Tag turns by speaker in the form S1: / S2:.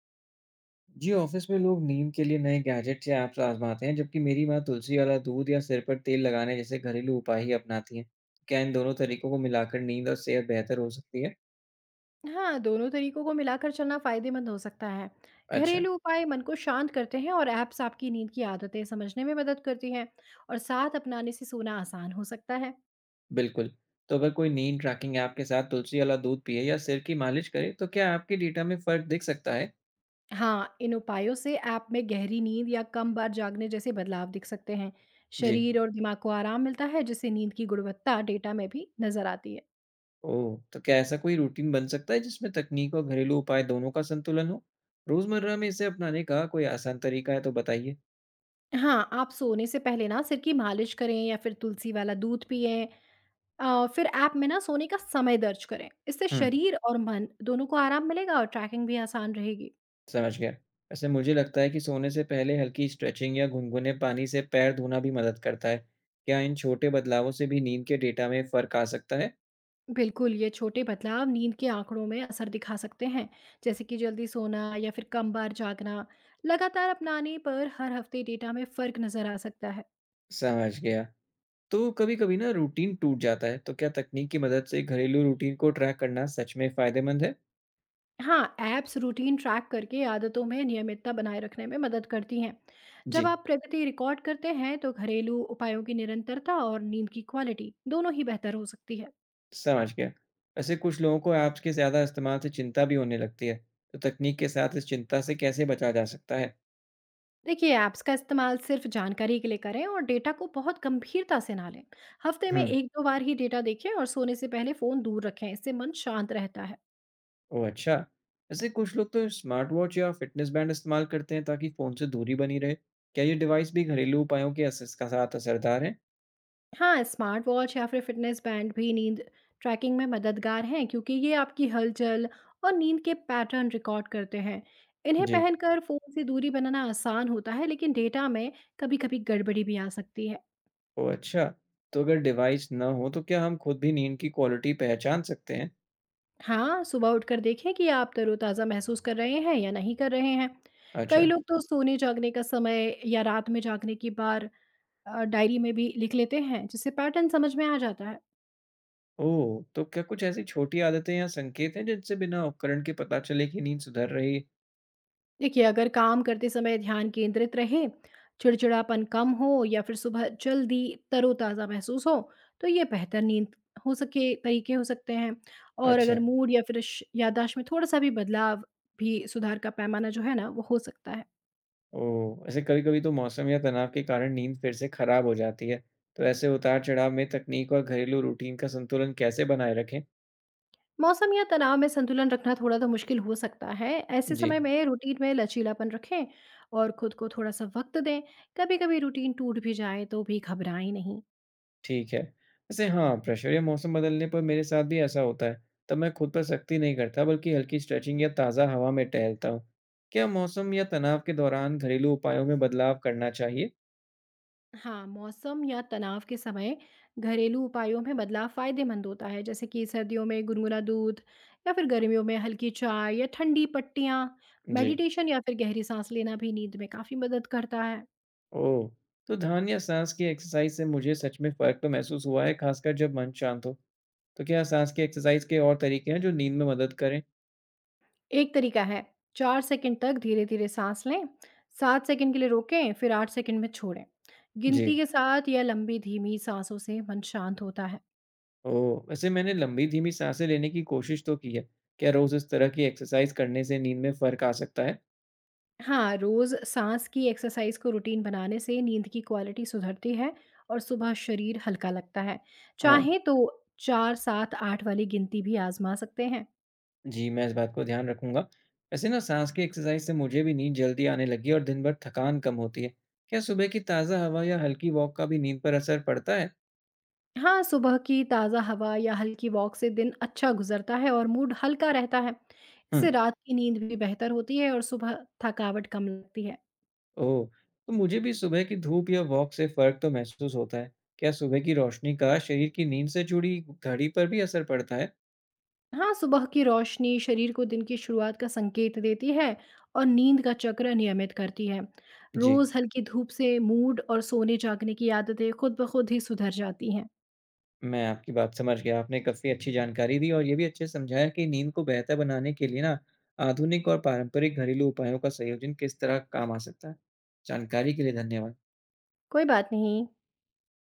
S1: जी, office में लोग नींद के लिए नए गैजेट्स या ऐप्स आजमाते हैं, जबकि मेरी माँ तुलसी वाला दूध या सिर पर तेल लगाने जैसे घरेलू उपाय ही अपनाती हैं। क्या इन दोनों तरीकों को मिलाकर नींद और सेहत बेहतर हो सकती है?
S2: हाँ, दोनों तरीकों को मिलाकर चलना फायदेमंद हो सकता है।
S1: अच्छा,
S2: घरेलू उपाय मन को शांत करते हैं और ऐप्स आपकी नींद की आदतें समझने में मदद करती हैं और साथ अपनाने से सोना आसान हो सकता है।
S1: बिल्कुल। तो अगर कोई नींद ट्रैकिंग ऐप के साथ तुलसी वाला दूध पिए या सिर की मालिश करे, तो क्या ऐप के डेटा में फ़र्क दिख सकता है?
S2: हाँ, इन उपायों से ऐप में गहरी नींद या कम बार जागने जैसे बदलाव दिख सकते हैं।
S1: जी।
S2: शरीर और दिमाग को आराम मिलता है जिससे नींद की गुणवत्ता डेटा में भी नजर आती है।
S1: ओह! तो क्या ऐसा कोई रूटीन बन सकता है, जिसमें तकनीक और घरेलू उपाय दोनों का संतुलन हो? रोज़मर्रा में इसे अपनाने का कोई आसान तरीका है तो बताइए।
S2: हाँ, आप सोने से पहले ना सिर की मालिश करें या फिर तुलसी वाला दूध पिएं। फिर ऐप में ना सोने का समय दर्ज करें। इससे
S1: हुँ।
S2: शरीर और मन दोनों को आराम मिलेगा और ट्रैकिंग भी आसान रहेगी।
S1: समझ गया। वैसे मुझे लगता है कि सोने से पहले हल्की स्ट्रेचिंग या गुनगुने पानी से पैर धोना भी मदद करता है। क्या इन छोटे बदलावों से भी नींद के डेटा में फ़र्क आ सकता है?
S2: बिल्कुल, ये छोटे बदलाव नींद के आंकड़ों में असर दिखा सकते हैं, जैसे कि जल्दी सोना या फिर कम बार जागना। लगातार अपनाने पर हर हफ्ते डेटा में फ़र्क नज़र आ सकता है।
S1: समझ गया। तो कभी-कभी ना रूटीन टूट जाता है, तो क्या तकनीक की मदद से घरेलू रूटीन को ट्रैक करना सच में फ़ायदेमंद है?
S2: हाँ, ऐप्स रूटीन ट्रैक करके आदतों में नियमितता बनाए रखने में मदद करती हैं। जब
S1: जी,
S2: आप प्रगति रिकॉर्ड करते हैं, तो घरेलू उपायों की निरंतरता और नींद की क्वालिटी दोनों ही बेहतर हो सकती है।
S1: समझ गया। वैसे कुछ लोगों को ऐप्स के ज़्यादा इस्तेमाल से चिंता भी होने लगती है, तो तकनीक के साथ इस चिंता से कैसे बचा जा सकता है?
S2: देखिए, ऐप्स का इस्तेमाल सिर्फ जानकारी के लिए करें और डेटा को बहुत गंभीरता से ना लें। हफ्ते में
S1: हुँ।
S2: एक दो बार ही डेटा देखें और सोने से पहले फ़ोन दूर रखें, इससे मन शांत रहता है।
S1: ओह, अच्छा। वैसे कुछ लोग तो स्मार्ट वॉच या फ़िटनेस बैंड इस्तेमाल करते हैं ताकि फ़ोन से दूरी बनी रहे। क्या ये डिवाइस भी घरेलू उपायों के असिस का साथ असरदार हैं?
S2: हाँ, स्मार्ट वॉच या फिर फिटनेस बैंड भी नींद ट्रैकिंग में मददगार हैं क्योंकि ये आपकी हलचल और नींद के पैटर्न रिकॉर्ड करते हैं। इन्हें
S1: जी।
S2: पहनकर फ़ोन से दूरी बनाना आसान होता है, लेकिन डेटा में कभी कभी गड़बड़ी भी आ सकती है।
S1: ओह, अच्छा। तो अगर डिवाइस ना हो तो क्या हम खुद भी नींद की क्वालिटी पहचान सकते हैं?
S2: हाँ, सुबह उठकर देखें कि आप तरोताज़ा महसूस कर रहे हैं या नहीं कर रहे हैं। कई
S1: अच्छा।
S2: लोग तो सोने जागने का समय या रात में जागने की बार डायरी में भी लिख लेते हैं, जिससे पैटर्न समझ में आ जाता है।
S1: ओह! तो क्या कुछ ऐसी छोटी आदतें या संकेत हैं जिनसे बिना उपकरण के पता चले कि नींद सुधर रही है?
S2: देखिए, अगर काम करते समय ध्यान केंद्रित रहे, चिड़चिड़ापन कम हो या फिर सुबह जल्दी तरोताज़ा महसूस हो, तो ये बेहतर नींद हो सके तरीके हो सकते हैं। और
S1: अच्छा।
S2: अगर मूड या फिर श याददाश्त में थोड़ा-सा भी बदलाव भी सुधार का पैमाना जो है ना, वो हो सकता है।
S1: ओह! ऐसे कभी-कभी तो मौसम या तनाव के कारण नींद फिर से खराब हो जाती है। तो ऐसे उतार-चढ़ाव में तकनीक और घरेलू रूटीन का संतुलन कैसे बनाए रखें?
S2: मौसम या तनाव में संतुलन रखना थोड़ा तो मुश्किल हो सकता है। ऐसे
S1: जी।
S2: समय में रूटीन में लचीलापन रखें और खुद को थोड़ा सा वक्त दें। कभी कभी रूटीन टूट भी जाए तो भी घबराएं नहीं।
S1: ठीक है। वैसे हाँ, प्रेशर या मौसम बदलने पर मेरे साथ भी ऐसा होता है। तब मैं खुद पर सख्ती नहीं करता बल्कि हल्की स्ट्रेचिंग या ताज़ा हवा में टहलता हूँ। क्या मौसम या तनाव के दौरान घरेलू उपायों में बदलाव करना चाहिए?
S2: हाँ, मौसम या तनाव के समय घरेलू उपायों में बदलाव फायदेमंद होता है, जैसे कि सर्दियों में गुनगुना दूध या फिर गर्मियों में हल्की चाय या ठंडी पट्टियाँ।
S1: जी।
S2: मेडिटेशन या फिर गहरी सांस लेना भी नींद में काफ़ी मदद करता है।
S1: ओह! तो ध्यान या साँस की एक्सरसाइज से मुझे सच में फ़र्क तो महसूस हुआ है, खासकर जब मन शांत हो। तो क्या साँस की एक्सरसाइज के और तरीके हैं जो नींद में मदद करें?
S2: एक तरीका है, 4 सेकंड तक धीरे-धीरे सांस लें, 7 सेकंड के लिए रोकें, फिर 8 सेकंड में छोड़ें।
S1: जी।
S2: गिनती के साथ या लंबी धीमी साँसों से मन शांत होता है।
S1: ओह! वैसे मैंने लंबी धीमी साँसें लेने की कोशिश तो की है। क्या रोज़ इस तरह की एक्सरसाइज करने से नींद में फ़र्क आ सकता है?
S2: हाँ, रोज़ साँस की एक्सरसाइज को रूटीन बनाने से नींद की क्वालिटी सुधरती है और सुबह शरीर हल्का लगता है।
S1: हाँ।
S2: चाहें तो 4, 7, 8 वाली गिनती भी आज़मा सकते हैं।
S1: जी, मैं इस बात को ध्यान रखूँगा। वैसे ना साँस की एक्सरसाइज़ से मुझे भी नींद जल्दी आने लगी है और दिन भर थकान कम होती है। क्या सुबह की ताज़ा हवा या हल्की वॉक का भी नींद पर असर पड़ता है?
S2: हाँ, सुबह की ताज़ा हवा या हल्की वॉक से दिन अच्छा गुजरता है और मूड हल्का रहता है।
S1: हुँ,
S2: इससे रात की नींद भी बेहतर होती है और सुबह थकावट कम लगती है।
S1: ओह! तो मुझे भी सुबह की धूप या वॉक से फ़र्क तो महसूस होता है। क्या सुबह की रोशनी का शरीर की नींद से जुड़ी घड़ी पर भी असर पड़ता है?
S2: हाँ, सुबह की रोशनी शरीर को दिन की शुरुआत का संकेत देती है और नींद का चक्र नियमित करती है।
S1: जी,
S2: रोज़ हल्की धूप से मूड और सोने जागने की आदतें खुद ब खुद ही सुधर जाती हैं।
S1: मैं आपकी बात समझ गया। आपने काफ़ी अच्छी जानकारी दी और ये भी अच्छे से समझाया कि नींद को बेहतर बनाने के लिए ना आधुनिक और पारंपरिक घरेलू उपायों का संयोजन किस तरह काम आ सकता है। जानकारी के लिए धन्यवाद।
S2: कोई बात नहीं।